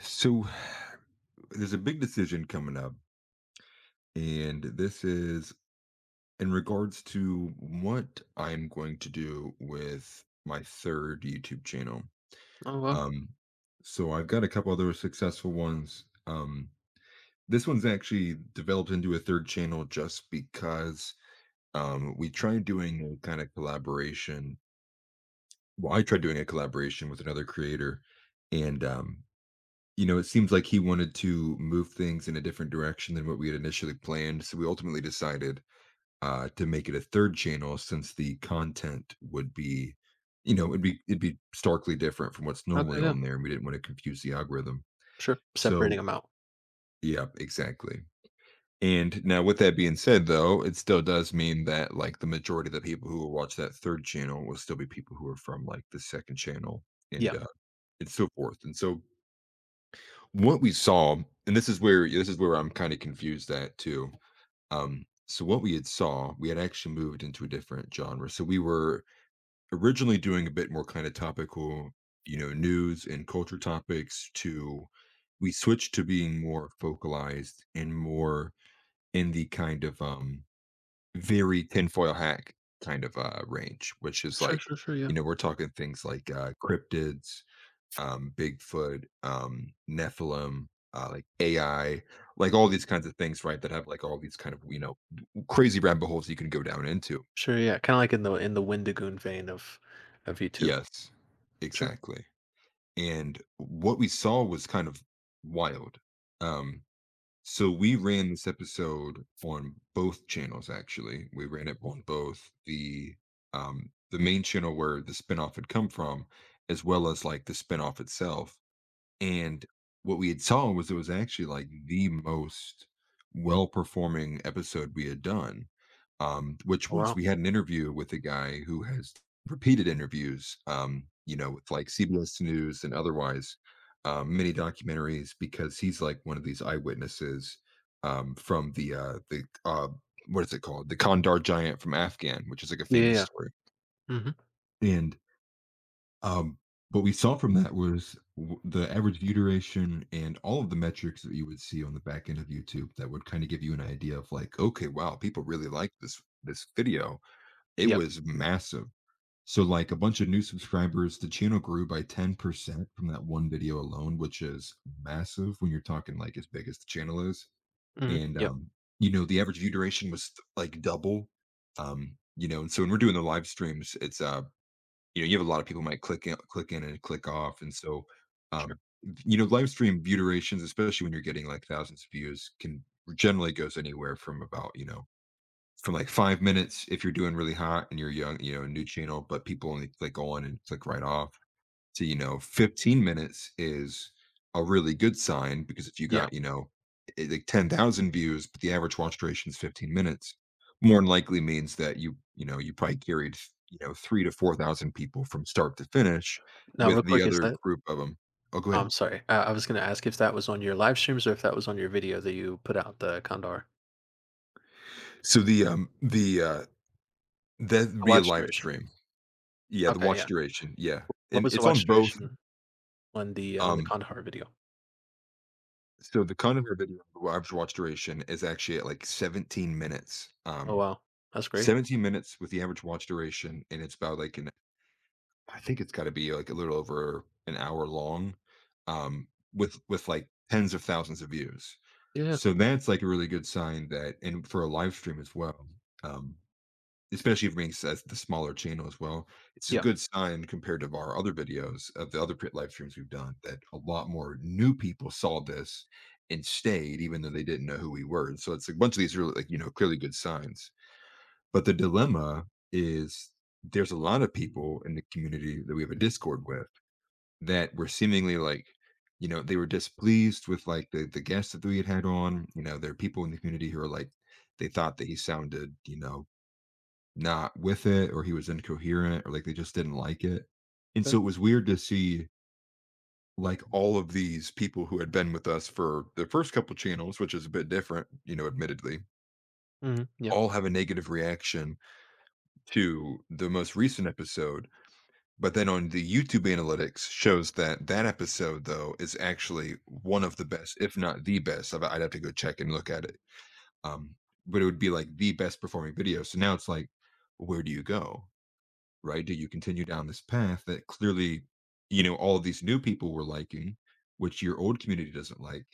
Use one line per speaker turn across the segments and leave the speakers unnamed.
So there's a big decision coming up, and this is in regards to what I'm going to do with my third YouTube channel.
Oh, wow.
Um, so I've got a couple other successful ones. This one's actually developed into a third channel just because we tried doing a kind of collaboration. Well, I tried doing a collaboration with another creator, and it seems like he wanted to move things in a different direction than what we had initially planned. So we ultimately decided to make it a third channel since the content would be, you know, it'd be starkly different from what's
Okay,
normally
yeah.
on there, and we didn't want to confuse the algorithm.
Sure. Separating
So
them out.
yeah, exactly. And now, with that being said, though, it still does mean that like the majority of the people who will watch that third channel will still be people who are from like the second channel and
Yeah.
uh, and so forth. And so what we saw, and this is where I'm kind of confused at too. So what we had saw, we had actually moved into a different genre. So we were originally doing a bit more kind of topical, you know, news and culture topics to we switched to being more focalized and more in the kind of very tinfoil hack kind of range, which is
Sure,
like,
sure, sure, yeah.
you know, we're talking things like cryptids, Bigfoot, Nephilim, like AI, like all these kinds of things, right? That have like all these kind of crazy rabbit holes you can go down into.
Sure, yeah, kinda like in the Windigoon vein of YouTube.
Yes,
Sure.
exactly. And what we saw was kind of wild. Um, so we ran this episode on both channels. Actually, we ran it on both the main channel where the spinoff had come from, as well as like the spinoff itself. And what we had saw was it was actually like the most well performing episode we had done, which
Oh,
was
wow.
we had an interview with a guy who has repeated interviews, with like CBS News and otherwise, many documentaries because he's like one of these eyewitnesses from the what is it called, the Kandar giant from Afghan, which is like a
Yeah, yeah,
famous
yeah.
story,
Mm-hmm. Yeah. Mhm.
and um, what we saw from that was the average view duration and all of the metrics that you would see on the back end of YouTube that would kind of give you an idea of like, okay, wow, people really like this video. It
Yep.
was massive. So like a bunch of new subscribers, the channel grew by 10% from that one video alone, which is massive when you're talking like as big as the channel is.
Mhm.
And
Yep.
you know, the average view duration was like double. You know, and so when we're doing the live streams, it's you know, you have a lot of people might click in and click off, and so,
Sure.
um, you know, live stream view durations, especially when you're getting, like, thousands of views, can generally goes anywhere from about, you know, from, like, 5 minutes if you're doing really hot and you're young, you know, a new channel, but people only click on and click right off to you know 15 minutes is a really good sign because if you
Yeah.
got you know like 10,000 views but the average watch duration is 15 minutes more than likely means that you know you probably carried you know 3 to 4,000 people from start to finish
Now real
with the
quick, is
other
that—
group of them. Oh, go
oh,
ahead.
I'm sorry. I was gonna ask if that was on your live streams or if that was on your video that you put out, the Kandahar?
So the that'd
The
be a
watch
live
duration.
stream. Yeah, the
Okay,
watch
yeah.
duration, yeah.
What
And
was the
it's on
watch
both.
duration on the
um
Kandahar video?
so the kind of your video the average watch duration is actually at like 17 minutes
Oh, wow. That's great.
17 minutes with the average watch duration, and it's about like an I think it's gotta be like a little over an hour long, um, with like tens of thousands of views.
Yeah.
So that's like a really good sign that and for a live stream as well, um, especially if it being says the smaller channel as well, it's a
Yeah.
good sign compared to our other videos of the other pr live streams we've done that a lot more new people saw this and stayed even though they didn't know who we were. And so it's like a bunch of these really like, you know, clearly good signs. But the dilemma is there's a lot of people in the community that we have a Discord with that were seemingly like, you know, they were displeased with like the guests that we had had on. You know, there are people in the community who are like, they thought that he sounded, you know, not with it, or he was incoherent, or like they just didn't like it. And
Okay.
so it was weird to see like all of these people who had been with us for the first couple channels, which is a bit different, you know, admittedly,
Mhm. Yeah.
all have a negative reaction to the most recent episode. But then on the YouTube analytics shows that that episode though is actually one of the best, if not the best. I'd have to go check and look at it. Um, but it would be like the best performing video. So now it's like, where do you go? Right? Do you continue down this path that clearly, you know, all of these new people were liking, which your old community doesn't like?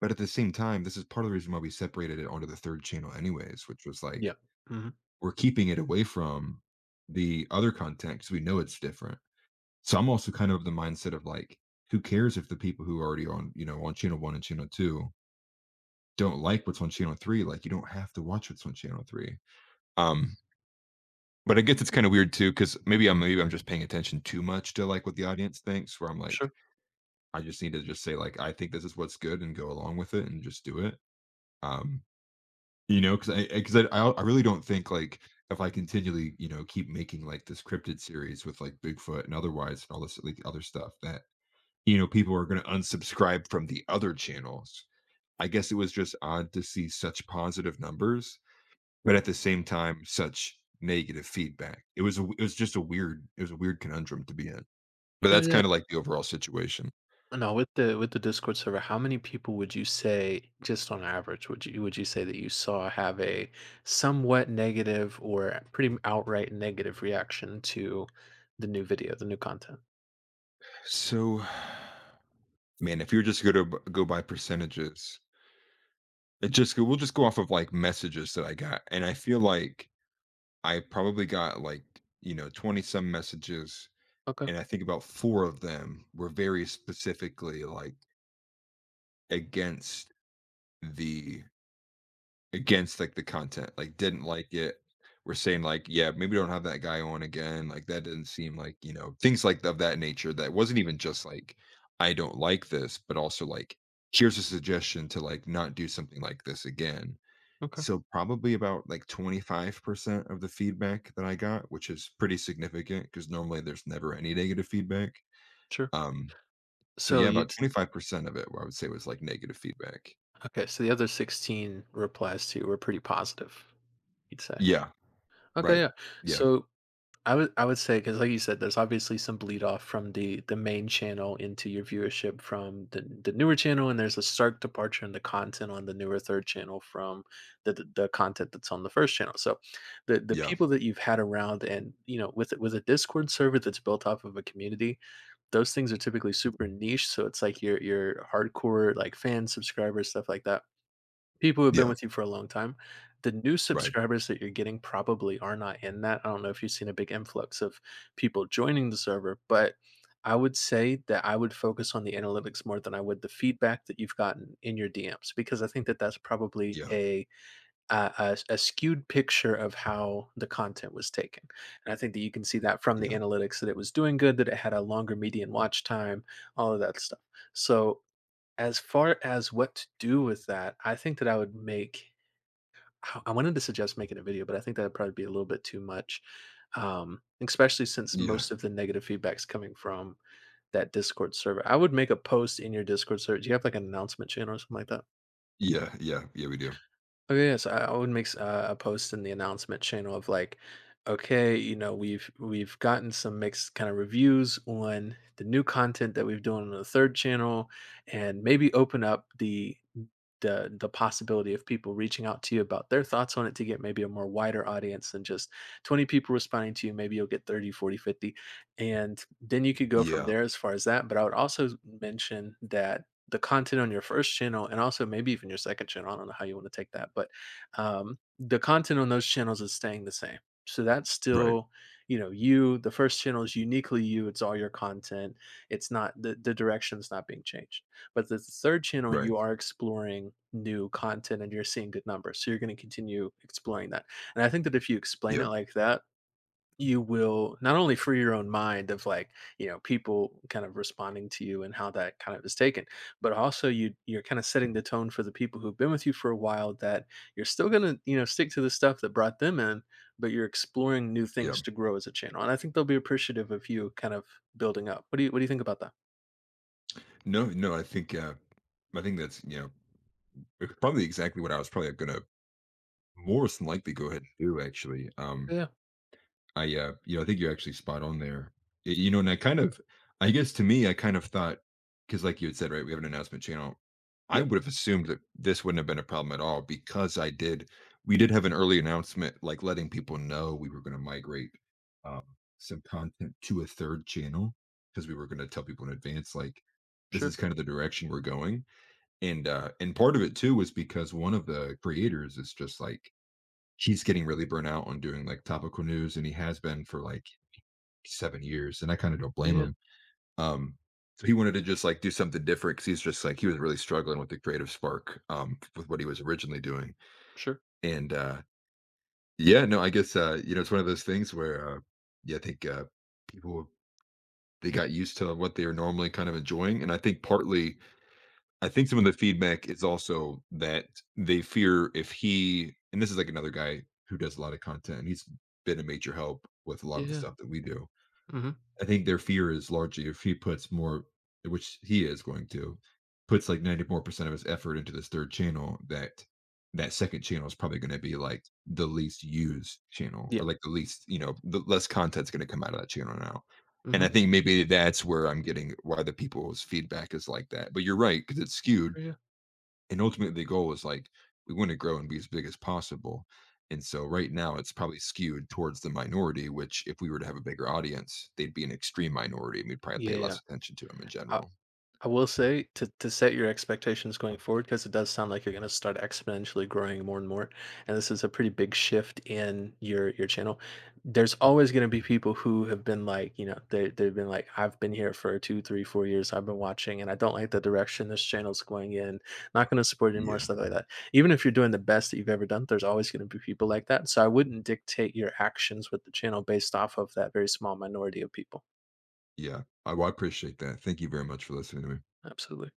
But at the same time, this is part of the reason why we separated it onto the third channel, anyways, which was
Yeah.
like
Mhm.
we're keeping it away from the other content because we know it's different. So I'm also kind of the mindset of like, who cares if the people who are already on, you know, on channel one and channel two don't like what's on channel three? Like, you don't have to watch what's on channel three. Um, but I guess it's kind of weird too, because maybe I'm just paying attention too much to like what the audience thinks. Where I'm like,
Sure.
I just need to just say like, I think this is what's good and go along with it and just do it. Um, you know, because I, 'cause I really don't think like if I continually you know keep making like this cryptid series with like Bigfoot and otherwise and all this like other stuff that you know, people are going to unsubscribe from the other channels. I guess it was just odd to see such positive numbers, but at the same time, such negative feedback. It was a, it was just a weird it was a weird conundrum to be in. But
Sure,
that's
yeah.
kind of like the overall situation.
Now with the Discord server, how many people would you say, just on average, would you say that you saw have a somewhat negative or pretty outright negative reaction to the new video, the new content?
So, man, if you're just going to go by percentages, it just we'll just go off of like messages that I got, and I feel like I probably got like, you know, 20 some messages.
Okay,
And I think about four of them were very specifically like against the, against like the content, like didn't like it. We're saying like, yeah, maybe don't have that guy on again. Like that doesn't seem like, you know, things like of that nature that wasn't even just like, I don't like this, but also like, here's a suggestion to like not do something like this again.
okay,
So probably about like 25% of the feedback that I got, which is pretty significant because normally there's never any negative feedback.
sure.
Um, so
So
yeah,
you
about
would.
25% of it, I would say was like negative feedback.
Okay? So the other 16 replies to you were pretty positive, you'd say.
Yeah,
Okay,
right.
yeah.
Yeah,
So I would say because like you said, there's obviously some bleed off from the main channel into your viewership from the newer channel, and there's a stark departure in the content on the newer third channel from the content that's on the first channel. So, the
yeah,
people that you've had around, and you know, with a Discord server that's built off of a community, those things are typically super niche. So it's like your hardcore like fan subscribers, stuff like that. People who've been
yeah,
with you for a long time. The new
right.
subscribers that you're getting probably are not in that. I don't know if you've seen a big influx of people joining the server, but I would say that I would focus on the analytics more than I would the feedback that you've gotten in your DMs, because I think that that's probably
Yeah,
a a skewed picture of how the content was taken. And I think that you can see that from the
yeah,
analytics that it was doing good, that it had a longer median watch time, all of that stuff. So as far as what to do with that, I think that I would make I wanted to suggest making a video, but I think that'd probably be a little bit too much, especially since
yeah,
most of the negative feedback's coming from that Discord server. I would make a post in your Discord server. Do you have, like, an announcement channel or something like that?
yeah, yeah, yeah, we do.
Okay, yes, I would make a post in the announcement channel of like, okay, you know, we've gotten some mixed kind of reviews on the new content that we've done on the third channel, and maybe open up the the possibility of people reaching out to you about their thoughts on it to get maybe a more wider audience than just 20 people responding to you. Maybe you'll get 30, 40, 50, and then you could go from
Yeah,
there as far as that. But I would also mention that the content on your first channel and also maybe even your second channel. I don't know how you want to take that, but the content on those channels is staying the same. So that's
right,
still, you know, you. The first channel is uniquely you. It's all your content. It's not the direction is not being changed. But the third channel,
right.
you are exploring new content and you're seeing good numbers. So you're going to continue exploring that. And I think that if you explain it
Yep,
like that, you will not only free your own mind of like, you know, people kind of responding to you and how that kind of is taken, but also you, you're kind of setting the tone for the people who've been with you for a while, that you're still going to, you know, stick to the stuff that brought them in, but you're exploring new things
yep.
to grow as a channel. And I think they'll be appreciative of you kind of building up. What do you think about that?
No, no, I think that's you know it's probably exactly what I was probably gonna more than likely go ahead and do actually.
Yeah.
I, you know, I think you're actually spot on there. You know, and I kind of, I guess to me, I kind of thought, because like you had said, right, we have an announcement channel. I
Yeah.
would have assumed that this wouldn't have been a problem at all because I did, we did have an early announcement, like letting people know we were going to migrate um, some content to a third channel because we were going to tell people in advance, like, this
Sure.
is kind of the direction we're going. And part of it too was because one of the creators is just like, he's getting really burnt out on doing like topical news and he has been for like 7 years and I kind of don't blame
Yeah.
him. um so he wanted to just like do something different because he's just like he was really struggling with the creative spark with what he was originally doing.
Sure.
And yeah, no, I guess you know, it's one of those things where yeah, I think people they got used to what they are normally kind of enjoying and I think partly I think some of the feedback is also that they fear if he, and this is like another guy who does a lot of content, and he's been a major help with a lot of the
Yeah.
stuff that we do.
Hmm.
I think their fear is largely if he puts more, which he is going to, puts like 94% of his effort into this third channel, that that second channel is probably going to be like the least used channel
Yeah.
or like the least, you know, the less content's going to come out of that channel now. And
Hmm.
I think maybe that's where I'm getting why the people's feedback is like that. But you're right, because it's skewed
Yeah.
and ultimately, the goal is like we want to grow and be as big as possible. And so right now it's probably skewed towards the minority, which if we were to have a bigger audience, they'd be an extreme minority and we'd probably pay
Yeah.
less attention to them in general.
I will say, to set your expectations going forward, because it does sound like you're going to start exponentially growing more and more, and this is a pretty big shift in your channel. There's always going to be people who have been like, you know, they've been like, I've been here for 2, 3, 4 years. I've been watching, and I don't like the direction this channel's going in. Not going to support it anymore,
Yeah.
stuff like that. Even if you're doing the best that you've ever done, there's always going to be people like that. So I wouldn't dictate your actions with the channel based off of that very small minority of people.
Yeah. I, well, I appreciate that. Thank you very much for listening to me.
Absolutely.